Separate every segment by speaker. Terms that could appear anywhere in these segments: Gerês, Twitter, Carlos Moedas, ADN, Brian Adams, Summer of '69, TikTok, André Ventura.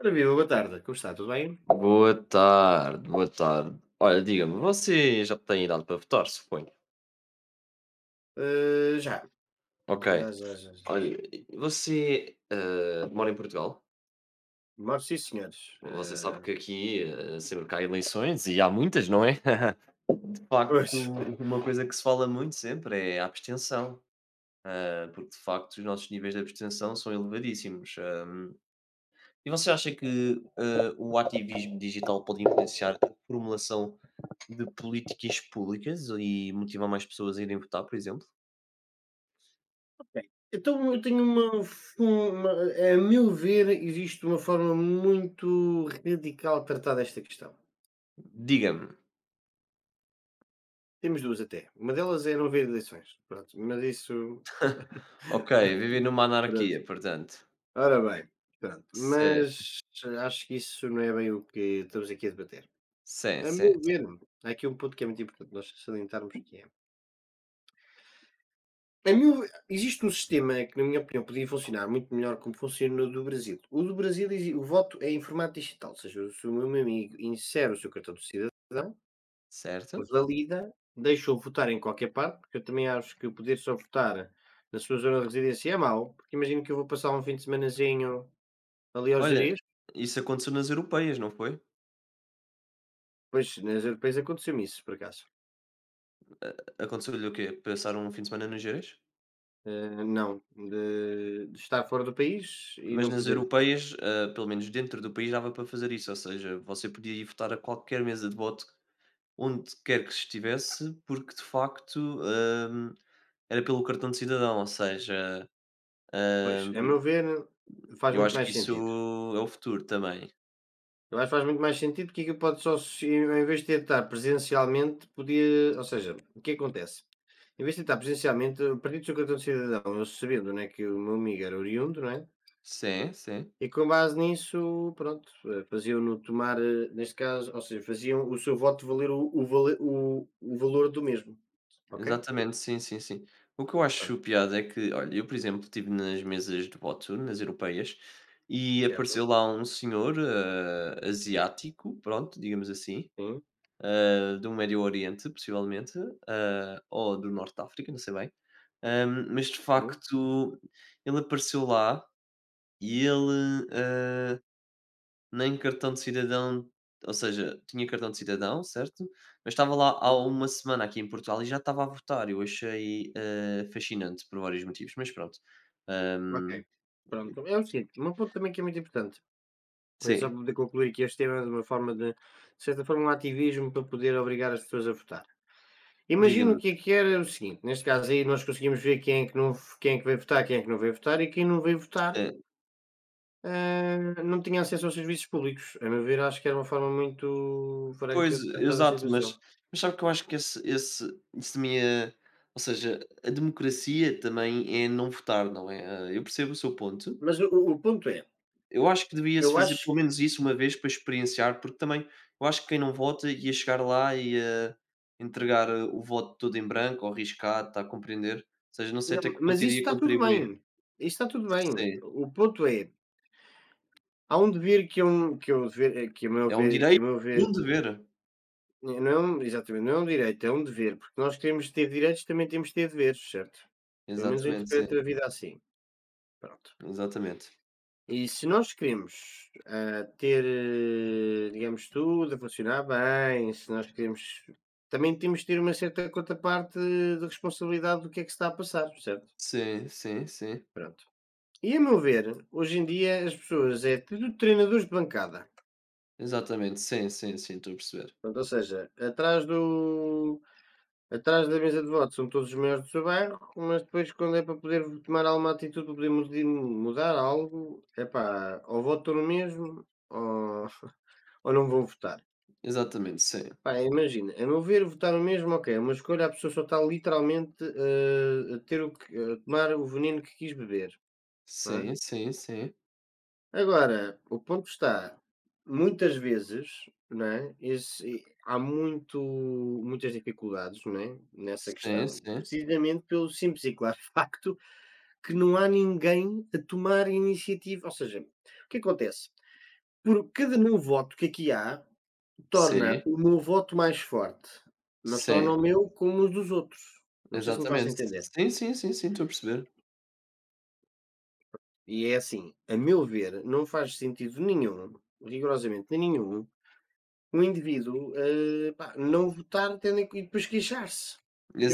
Speaker 1: Ora viva, boa tarde, como está? Tudo bem?
Speaker 2: Boa tarde, boa tarde. Olha, diga-me, você já tem idade para votar, suponho?
Speaker 1: Já,
Speaker 2: Ok.
Speaker 1: já, já, já, já,
Speaker 2: Olha,
Speaker 1: já.
Speaker 2: você mora em Portugal?
Speaker 1: Moro, sim, senhores.
Speaker 2: Você sabe que aqui sempre que há eleições, e há muitas, não é? De facto,
Speaker 1: Pois.
Speaker 2: uma coisa que se fala muito sempre é a abstenção, porque de facto os nossos níveis de abstenção são elevadíssimos. Eh. E você acha que o ativismo digital pode influenciar a formulação de políticas públicas e motivar mais pessoas a irem votar, por exemplo?
Speaker 1: Bem, então, eu tenho uma, uma. A meu ver, existe uma forma muito radical de tratar desta questão.
Speaker 2: Diga-me.
Speaker 1: Temos duas até. Uma delas é não haver eleições. Pronto, mas isso.
Speaker 2: Ok, vivi numa
Speaker 1: Pronto.
Speaker 2: anarquia, portanto.
Speaker 1: Ora bem, pronto.
Speaker 2: Sim,
Speaker 1: Mas acho que isso não é bem o que estamos aqui a debater.
Speaker 2: sim,
Speaker 1: A
Speaker 2: sim,
Speaker 1: meu ver, há aqui um ponto que é muito importante nós salientarmos que é. A meu ver, existe um sistema que, na minha opinião, podia funcionar muito melhor como funciona o do Brasil. O do Brasil, exi o voto é em formato digital, ou seja, se o meu amigo insere o seu cartão de cidadão,
Speaker 2: certo.
Speaker 1: valida, deixa-o votar em qualquer parte, porque eu também acho que o poder só votar na sua zona de residência é mau, porque imagino que eu vou passar um fim de semanazinho ali ao
Speaker 2: Olha,
Speaker 1: Gerês.
Speaker 2: isso aconteceu nas europeias, não foi?
Speaker 1: Pois, nas europeias aconteceu-me isso, por acaso.
Speaker 2: Aconteceu-lhe o quê? Passaram um fim de semana nas Gerês?
Speaker 1: Não, de estar fora do país e
Speaker 2: Mas
Speaker 1: não
Speaker 2: nas
Speaker 1: poder votar.
Speaker 2: europeias, ah, pelo menos dentro do país, dava para fazer isso, ou seja, você podia ir votar a qualquer mesa de voto, onde quer que estivesse, porque de facto, era pelo cartão de cidadão, ou seja,
Speaker 1: Pois,
Speaker 2: hum,
Speaker 1: a meu
Speaker 2: pri-
Speaker 1: ver, faz
Speaker 2: eu
Speaker 1: muito
Speaker 2: acho
Speaker 1: mais
Speaker 2: que isso
Speaker 1: sentido.
Speaker 2: é o futuro também.
Speaker 1: Eu acho que faz muito mais sentido que aquilo pode só, em vez de tentar presencialmente, podia. Ou seja, o que acontece? Em vez de tentar presencialmente, a partir do seu cartão de cidadão, eu sabendo né, que o meu amigo era oriundo, não é?
Speaker 2: Sim, sim.
Speaker 1: E com base nisso, pronto, faziam-no tomar, neste caso, ou seja, faziam o seu voto valer o valor do mesmo, ok?
Speaker 2: Exatamente, sim, sim, sim. O que eu acho
Speaker 1: Pronto,
Speaker 2: piada é que, olha, eu, por exemplo, estive nas mesas de voto, nas europeias, e
Speaker 1: certo.
Speaker 2: apareceu lá um senhor, asiático, pronto, digamos assim,
Speaker 1: Sim,
Speaker 2: do Médio Oriente, possivelmente, ou do Norte de África, não sei bem, mas de
Speaker 1: sim,
Speaker 2: facto ele apareceu lá e ele, nem cartão de cidadão, ou seja, tinha cartão de cidadão, certo? Mas estava lá há
Speaker 1: sim.
Speaker 2: uma semana aqui em Portugal e já estava a votar. Eu achei, fascinante por vários motivos, mas pronto.
Speaker 1: Ok.
Speaker 2: Hum,
Speaker 1: Pronto, é o seguinte, um ponto também que é muito importante. Olha, só
Speaker 2: sim,
Speaker 1: para poder concluir aqui este tema é de uma forma de certa forma, um ativismo para poder obrigar as pessoas a votar. Imagino
Speaker 2: diga-me.
Speaker 1: que era o seguinte, neste caso aí nós conseguimos ver quem é que, não, quem é que veio votar, quem é que não veio votar e quem não veio votar
Speaker 2: Eh,
Speaker 1: não tinha acesso aos serviços públicos. A meu ver, acho que era uma forma muito
Speaker 2: Pois,
Speaker 1: franca de tratar da
Speaker 2: exato, mas
Speaker 1: situação.
Speaker 2: sabe que eu acho que esse esse isso também é, ou seja, a democracia também é não votar, não é? Ah, eu percebo o seu ponto.
Speaker 1: Mas o ponto é,
Speaker 2: Eu acho que devia-se
Speaker 1: eu
Speaker 2: fazer
Speaker 1: acho,
Speaker 2: pelo menos isso uma vez para experienciar, porque também eu acho que quem não vota ia chegar lá e ia entregar o voto todo em branco ou riscado, está a compreender? Ou seja, não sei
Speaker 1: não,
Speaker 2: até que ponto
Speaker 1: mas isso
Speaker 2: iria
Speaker 1: está tudo
Speaker 2: contribuir.
Speaker 1: bem, isso está tudo bem.
Speaker 2: Sim,
Speaker 1: O ponto é, há um dever que a meu
Speaker 2: é um
Speaker 1: ver,
Speaker 2: direito e um dever.
Speaker 1: não é um exatamente, não é um direito, é um dever, porque nós queremos ter direitos, também temos de ter deveres, certo? Pelo menos eu
Speaker 2: Exatamente, sim,
Speaker 1: interpreto a vida assim, pronto.
Speaker 2: exatamente.
Speaker 1: E se nós queremos, ter, digamos, tudo a funcionar bem, se nós queremos também temos de ter uma certa contraparte de responsabilidade do que é que se está a passar, certo?
Speaker 2: Sim, sim, sim.
Speaker 1: Pronto. E a meu ver, hoje em dia as pessoas é tudo treinadores de bancada,
Speaker 2: Exatamente, sim, sim, sim, estou a perceber.
Speaker 1: pronto, ou seja, atrás da mesa de voto são todos os maiores do seu bairro, mas depois quando é para poder tomar alguma atitude, para poder mudi mudar algo, é epá, ou voto no mesmo ou não vou votar.
Speaker 2: Exatamente, sim.
Speaker 1: Pá, imagina, a meu ver votar no mesmo, ok, é uma escolha, a pessoa só está literalmente, a ter o que a tomar o veneno que quis beber, não é?
Speaker 2: Sim, sim, sim.
Speaker 1: Agora, o ponto está, muitas vezes, não é, esse há muito muitas dificuldades, não é, nessa
Speaker 2: Sim,
Speaker 1: questão,
Speaker 2: sim.
Speaker 1: precisamente pelo simples e claro facto que não há ninguém a tomar iniciativa ou seja, o que acontece? Por cada meu voto que aqui há,
Speaker 2: Sim,
Speaker 1: torna o meu voto mais forte, mas torna
Speaker 2: sim.
Speaker 1: o meu como os dos outros. Não sei se me faço
Speaker 2: Exatamente.
Speaker 1: entender.
Speaker 2: Sim, sim, sim, sim, estou a perceber.
Speaker 1: E é assim, a meu ver, não faz sentido nenhum, rigorosamente nenhum. O indivíduo, pá, não votar tendo em co e depois queixar-se.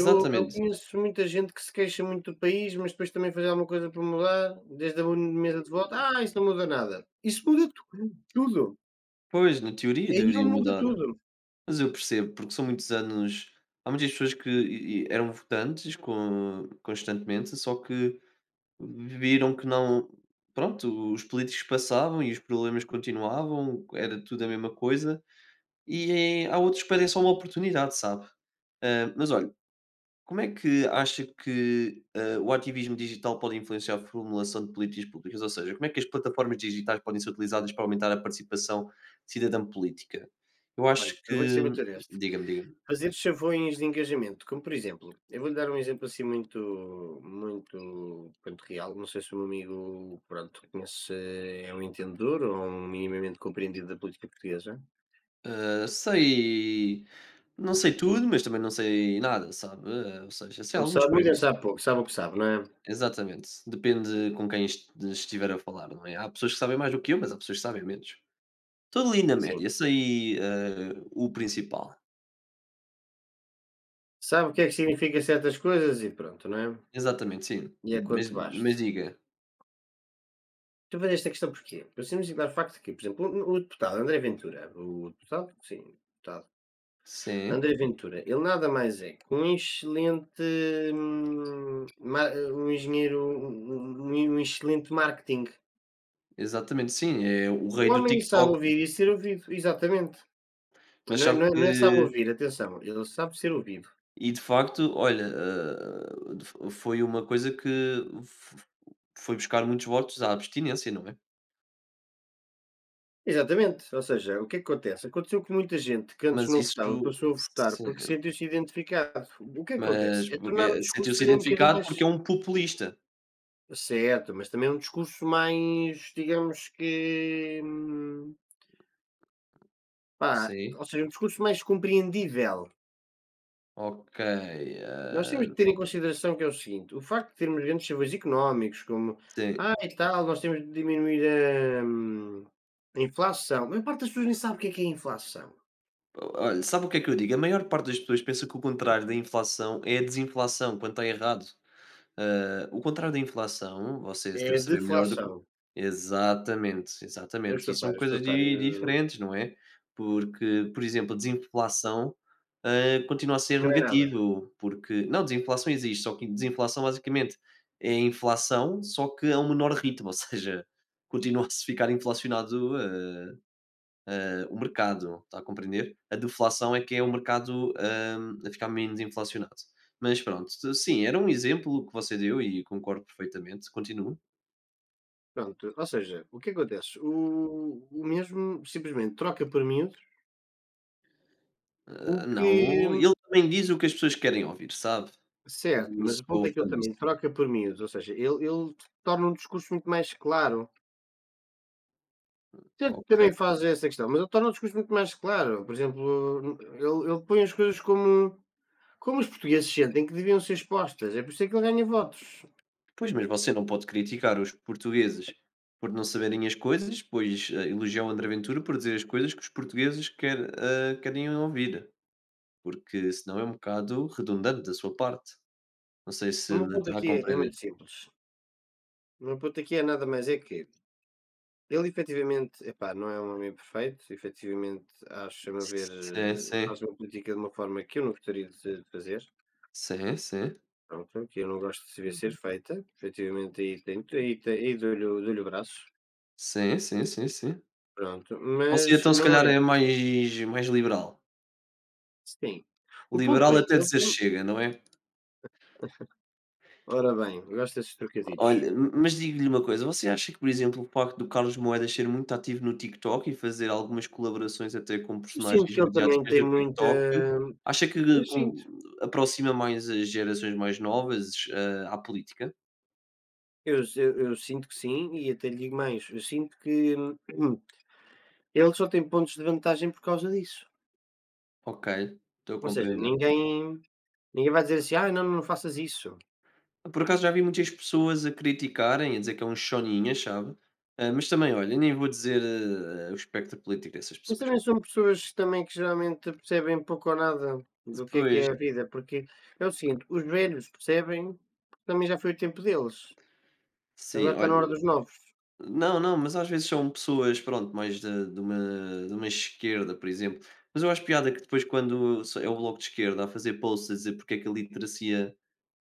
Speaker 1: Eu conheço muita gente que se queixa muito do país, mas depois também faz alguma coisa para mudar, desde a mesa de voto: "Ah, isso não muda nada". Isso muda tu tudo,
Speaker 2: Pois, na teoria
Speaker 1: aí
Speaker 2: deveria
Speaker 1: muda
Speaker 2: mudar,
Speaker 1: tudo.
Speaker 2: mas eu percebo, porque são muitos anos, há muitas pessoas que eram votantes constantemente, só que viram que não, pronto, os políticos passavam e os problemas continuavam, era tudo a mesma coisa, e há outros que pedem só uma oportunidade, sabe? Mas olha, como é que acha que, o ativismo digital pode influenciar a formulação de políticas públicas? Ou seja, como é que as plataformas digitais podem ser utilizadas para aumentar a participação cidadã política? Eu
Speaker 1: Olha,
Speaker 2: acho
Speaker 1: eu vou-lhe ser
Speaker 2: que
Speaker 1: muito honesto,
Speaker 2: diga-me, diga-me.
Speaker 1: fazer chavões de engajamento, como por exemplo, eu vou-lhe dar um exemplo assim muito, pronto, real, não sei se o meu amigo, pronto, conhece é um entendedor ou um minimamente compreendido da política portuguesa.
Speaker 2: Sei, não sei tudo, mas também não sei nada, sabe, ou seja, sei
Speaker 1: Não
Speaker 2: algumas
Speaker 1: sabe muito nem
Speaker 2: coisas.
Speaker 1: sabe pouco, sabe o que sabe, não é?
Speaker 2: Exatamente, depende com quem es estiver a falar, não é? Há pessoas que sabem mais do que eu, mas há pessoas que sabem menos. Estou ali na
Speaker 1: Sim.
Speaker 2: média, sei, o principal.
Speaker 1: Sabe o que é que significa certas coisas e pronto, não é?
Speaker 2: Exatamente, sim.
Speaker 1: E é
Speaker 2: Mas
Speaker 1: quanto basta.
Speaker 2: diga.
Speaker 1: Tu vês esta questão porquê? Pelo simples e claro facto que, por exemplo, o deputado André Ventura, o deputado, sim, deputado
Speaker 2: Sim,
Speaker 1: André Ventura, ele nada mais é que um excelente, ma um engenheiro, um excelente marketing.
Speaker 2: exatamente, sim, é o
Speaker 1: O
Speaker 2: rei do
Speaker 1: homem sabe
Speaker 2: TikTok.
Speaker 1: ouvir e ser ouvido, exatamente.
Speaker 2: Mas
Speaker 1: Não é
Speaker 2: sabe
Speaker 1: não é não é sabe
Speaker 2: que,
Speaker 1: ouvir, atenção, ele sabe ser ouvido.
Speaker 2: e de facto, olha, de fo foi uma coisa que f foi buscar muitos votos à abstinência, não é?
Speaker 1: Exatamente, ou seja, o que é que acontece? Aconteceu que muita gente que antes
Speaker 2: Mas
Speaker 1: não
Speaker 2: isso,
Speaker 1: votava passou a votar
Speaker 2: sim,
Speaker 1: porque sentiu-se identificado. O que é que acontece?
Speaker 2: mas
Speaker 1: É tornar o
Speaker 2: porque
Speaker 1: discurso
Speaker 2: sentiu-se
Speaker 1: também um bocadinho
Speaker 2: identificado porque
Speaker 1: mais
Speaker 2: é um populista.
Speaker 1: certo, mas também um discurso mais, digamos que, pá,
Speaker 2: Sim,
Speaker 1: ou seja, um discurso mais compreendível.
Speaker 2: ok,
Speaker 1: Nós
Speaker 2: hã,
Speaker 1: temos de ter em consideração que é o seguinte: o facto de termos grandes chavões económicos, como
Speaker 2: sim.
Speaker 1: ah, e tal, nós temos de diminuir a, hum, a inflação. A maior parte das pessoas nem sabe o que é inflação,
Speaker 2: Olha, sabe o que é que eu digo? A maior parte das pessoas pensa que o contrário da inflação é a desinflação, quando está errado. Ah, o contrário da inflação, você deve
Speaker 1: é
Speaker 2: saber melhor do que.
Speaker 1: deflação.
Speaker 2: Exatamente,
Speaker 1: Eu
Speaker 2: exatamente.
Speaker 1: estou
Speaker 2: E
Speaker 1: a
Speaker 2: são
Speaker 1: par,
Speaker 2: coisas di
Speaker 1: eu
Speaker 2: diferentes, não é? Porque, por exemplo, a desinflação, continua a ser
Speaker 1: não é nada.
Speaker 2: negativo, porque não, desinflação existe, só que desinflação basicamente é a inflação, só que a um menor ritmo, ou seja, continua a se ficar inflacionado, o mercado, está a compreender? A deflação é que é o mercado a ficar menos inflacionado. Mas pronto, sim, era um exemplo que você deu e concordo perfeitamente. Continuo.
Speaker 1: Pronto, ou seja, o que acontece? O mesmo simplesmente troca por miúdos, o
Speaker 2: Ah,
Speaker 1: que
Speaker 2: não, ele também diz o que as pessoas querem ouvir, sabe? Eu
Speaker 1: certo,
Speaker 2: não
Speaker 1: mas o
Speaker 2: sou
Speaker 1: ponto é que
Speaker 2: fã
Speaker 1: ele também
Speaker 2: disso.
Speaker 1: troca por miúdos, ou seja, ele torna um discurso muito mais claro. Certo que
Speaker 2: Ok.
Speaker 1: também faz essa questão, mas ele torna o discurso muito mais claro. Por exemplo, ele põe as coisas como como os portugueses sentem que deviam ser expostas, é por isso é que ele ganha votos.
Speaker 2: Pois, mas você não pode criticar os portugueses por não saberem as coisas, pois elogiar o André Ventura por dizer as coisas que os portugueses querem ouvir, porque senão é um bocado redundante da sua parte. Não sei
Speaker 1: O
Speaker 2: se
Speaker 1: meu
Speaker 2: me
Speaker 1: ponto
Speaker 2: está a
Speaker 1: aqui é
Speaker 2: compreender.
Speaker 1: muito simples, o meu ponto aqui é nada mais é que ele efetivamente, epá, não é um homem perfeito, efetivamente acho, a meu ver,
Speaker 2: Sim, sim.
Speaker 1: faz uma política de uma forma que eu não gostaria de de fazer,
Speaker 2: Sim, sim.
Speaker 1: pronto, que eu não gosto de se ver ser feita, efetivamente aí, tem, aí dou-lhe o braço,
Speaker 2: Sim, sim, sim, sim.
Speaker 1: pronto,
Speaker 2: Você
Speaker 1: mas
Speaker 2: então se
Speaker 1: não
Speaker 2: calhar é
Speaker 1: é,
Speaker 2: mais liberal.
Speaker 1: sim. O ponto
Speaker 2: Liberal
Speaker 1: é,
Speaker 2: até
Speaker 1: ele
Speaker 2: dizer
Speaker 1: tem,
Speaker 2: chega, não é?
Speaker 1: ora bem, eu gosto desses
Speaker 2: Olha,
Speaker 1: trocadilhos.
Speaker 2: m mas digo-lhe uma coisa, você acha que, por exemplo, o facto do Carlos Moedas ser muito ativo no TikTok e fazer algumas colaborações até com
Speaker 1: Eu sinto
Speaker 2: personagens
Speaker 1: que ele também
Speaker 2: mediáticas
Speaker 1: tem
Speaker 2: do
Speaker 1: muita,
Speaker 2: TikTok, acha
Speaker 1: eu
Speaker 2: que com
Speaker 1: sinto,
Speaker 2: aproxima mais as gerações mais novas, à política?
Speaker 1: eu sinto que sim, e até lhe digo mais, eu sinto que ele só tem pontos de vantagem por causa disso.
Speaker 2: Ok, estou a
Speaker 1: Ou seja,
Speaker 2: compreender.
Speaker 1: ninguém vai dizer assim: "ah não, não faças isso".
Speaker 2: Por acaso já vi muitas pessoas a criticarem, a dizer que é um choninhas, sabe? Ah, mas também, olha, nem vou dizer o espectro político dessas
Speaker 1: Mas
Speaker 2: pessoas.
Speaker 1: também são pessoas também que geralmente percebem pouco ou nada do que
Speaker 2: Depois,
Speaker 1: é a vida, porque é o seguinte, os velhos percebem, porque também já foi o tempo deles,
Speaker 2: sim,
Speaker 1: agora está
Speaker 2: olha,
Speaker 1: na hora dos novos,
Speaker 2: não, não, mas às vezes são pessoas, pronto, mais de uma esquerda, por exemplo. Mas eu acho piada que depois, quando é o bloco de esquerda a fazer posts a dizer porque é que a literacia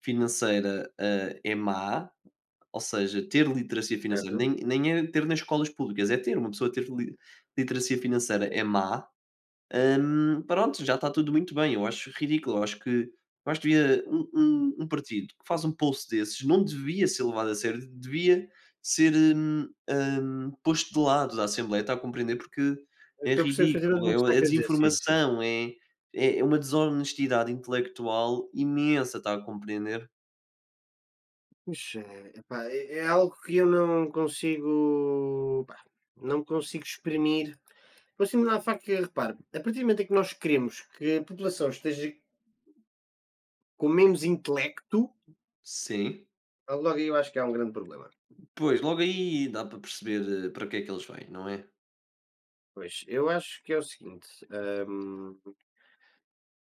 Speaker 2: financeira é má, ou seja, ter literacia financeira,
Speaker 1: certo?
Speaker 2: nem é ter nas escolas públicas, é ter, uma pessoa ter literacia financeira é má. Pronto, já está tudo muito bem. Eu acho ridículo. Eu acho que devia um partido que faz um post desses não devia ser levado a sério, devia ser posto de lado da Assembleia, está a compreender? Porque é
Speaker 1: Estou a perceber
Speaker 2: ridículo,
Speaker 1: perfeitamente o
Speaker 2: é,
Speaker 1: que está a
Speaker 2: é
Speaker 1: querer dizer, sim, sim.
Speaker 2: desinformação, é uma desonestidade intelectual imensa, está a compreender?
Speaker 1: Mas, epá, é algo que eu não consigo, pá, não consigo exprimir. Pelo simples a faca que, repare, a partir do momento em que nós queremos que a população esteja com menos intelecto,
Speaker 2: Sim.
Speaker 1: ah, logo aí eu acho que há um grande problema.
Speaker 2: Pois, logo aí dá para perceber para que é que eles vêm, não é?
Speaker 1: Pois, eu acho que é o seguinte, hum,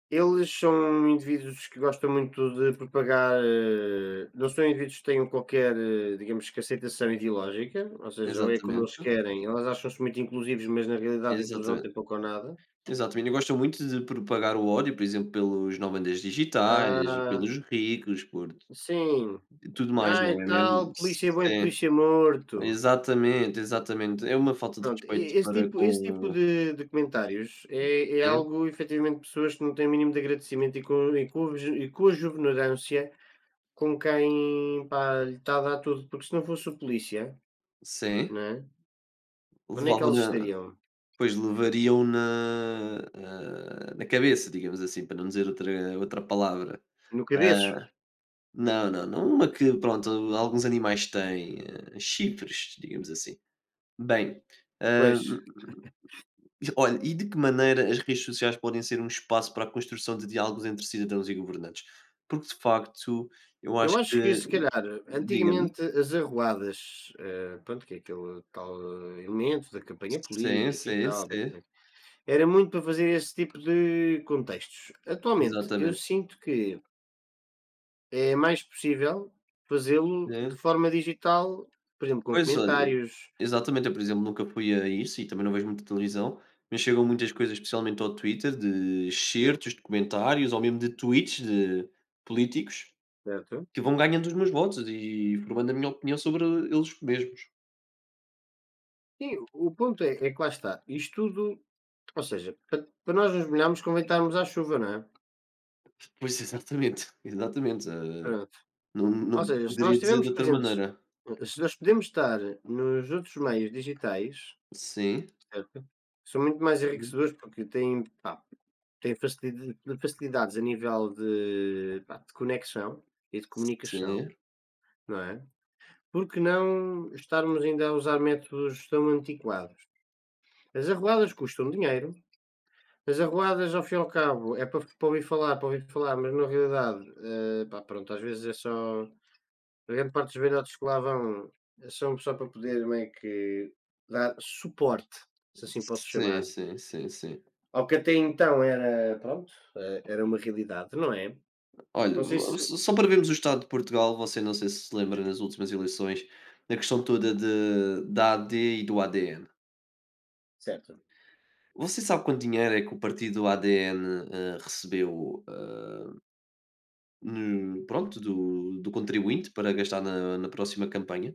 Speaker 1: eles são indivíduos que gostam muito de propagar, não são indivíduos que tenham qualquer, digamos que aceitação ideológica, ou seja, ou é como eles
Speaker 2: Exatamente.
Speaker 1: querem, elas acham-se muito inclusivos, mas na realidade a inclusão
Speaker 2: Exatamente.
Speaker 1: tem pouco ou nada.
Speaker 2: Exatamente, eu gosto muito de propagar o ódio, por exemplo, pelos nómadas digitais,
Speaker 1: Ah,
Speaker 2: pelos ricos, por
Speaker 1: sim.
Speaker 2: tudo mais, não
Speaker 1: Ai,
Speaker 2: é mesmo?
Speaker 1: tal, polícia é bom e
Speaker 2: Sim,
Speaker 1: polícia é morto.
Speaker 2: exatamente, exatamente. É uma falta de
Speaker 1: Pronto,
Speaker 2: respeito
Speaker 1: e
Speaker 2: para
Speaker 1: esse tipo
Speaker 2: com,
Speaker 1: de comentários é
Speaker 2: sim,
Speaker 1: algo efetivamente pessoas que não têm o mínimo de agradecimento e com a exuberância com quem, pá, lhe está a dar tudo, porque se não fosse o polícia,
Speaker 2: sim,
Speaker 1: não é, onde é que eles
Speaker 2: levava-na,
Speaker 1: estariam?
Speaker 2: pois, levariam na, na cabeça, digamos assim, para não dizer outra palavra.
Speaker 1: No cabeço?
Speaker 2: Não, não, não uma que, pronto, alguns animais têm, chifres, digamos assim. Bem, eh,
Speaker 1: Pois.
Speaker 2: olha, e de que maneira as redes sociais podem ser um espaço para a construção de diálogos entre cidadãos e governantes? Porque de facto, eu acho
Speaker 1: Eu acho que
Speaker 2: que
Speaker 1: se calhar
Speaker 2: diga-me.
Speaker 1: antigamente as arruadas, pronto, que é aquele tal elemento da campanha
Speaker 2: Sim,
Speaker 1: política e
Speaker 2: sim,
Speaker 1: tal, bem,
Speaker 2: sim,
Speaker 1: bem, era muito para fazer esse tipo de contextos. Atualmente eu
Speaker 2: exatamente.
Speaker 1: sinto que é mais possível fazê-lo
Speaker 2: É.
Speaker 1: de forma digital, por exemplo, com
Speaker 2: Pois olha,
Speaker 1: comentários,
Speaker 2: exatamente, eu por exemplo nunca fui a isso e também não vejo muita televisão, mas chegam muitas coisas, especialmente ao Twitter, de excertos de comentários ou mesmo de tweets de políticos
Speaker 1: certo?
Speaker 2: que vão ganhando os meus votos e formando a minha opinião sobre eles mesmos.
Speaker 1: Sim, o ponto é, é que lá está. Isto tudo, ou seja, para, para nós nos molharmos convém estarmos à chuva, não é?
Speaker 2: Pois exatamente, exatamente.
Speaker 1: Pronto.
Speaker 2: Não
Speaker 1: Ou
Speaker 2: não
Speaker 1: seja, se nós
Speaker 2: poderia dizer de
Speaker 1: estivermos
Speaker 2: outra
Speaker 1: presentes,
Speaker 2: maneira.
Speaker 1: se nós podemos estar nos outros meios digitais,
Speaker 2: Sim,
Speaker 1: certo? São muito mais
Speaker 2: hum,
Speaker 1: enriquecedores porque têm, pá, têm facilidades a nível de, pá, de conexão e de comunicação,
Speaker 2: sim,
Speaker 1: não é? Por que não estarmos ainda a usar métodos tão antiquados? As arruadas custam dinheiro, as arruadas, ao fim e ao cabo, é para, para ouvir falar, mas na realidade, pá, pronto, às vezes é só. A grande parte dos velhotes que lá vão são só para poder meio que dar suporte, se assim posso
Speaker 2: sim,
Speaker 1: chamar.
Speaker 2: sim, sim, sim.
Speaker 1: Ao que até então era, pronto, era uma realidade, não é?
Speaker 2: Olha,
Speaker 1: Não sei se.
Speaker 2: o só só para vermos o estado de Portugal, você, não sei se se lembra nas últimas eleições, da questão toda de da AD e do ADN.
Speaker 1: Certo.
Speaker 2: Você sabe quanto dinheiro é que o partido ADN, recebeu, no, pronto, do contribuinte para gastar na próxima campanha?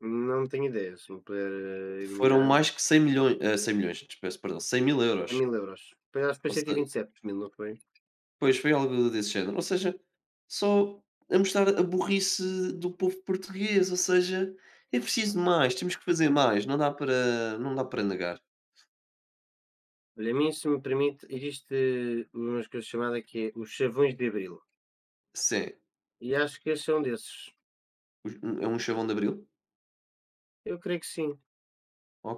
Speaker 1: Não tenho ideia, se me puder
Speaker 2: Foram
Speaker 1: iluminar.
Speaker 2: mais que 100.000.000, cem milhões, peço perdão, cem mil
Speaker 1: É
Speaker 2: euros
Speaker 1: mil euros. Depois acho que foi 127 mil, não foi?
Speaker 2: Pois, foi algo desse género. Ou seja, só a mostrar a burrice do povo português, ou seja, é preciso mais, temos que fazer mais, não dá para negar.
Speaker 1: Olha, a mim, se me permite, existe umas coisas chamada que é os chavões de abril.
Speaker 2: Sim,
Speaker 1: E acho que esse é um desses.
Speaker 2: os é um chavão de Abril,
Speaker 1: Eu creio que sim.
Speaker 2: ok?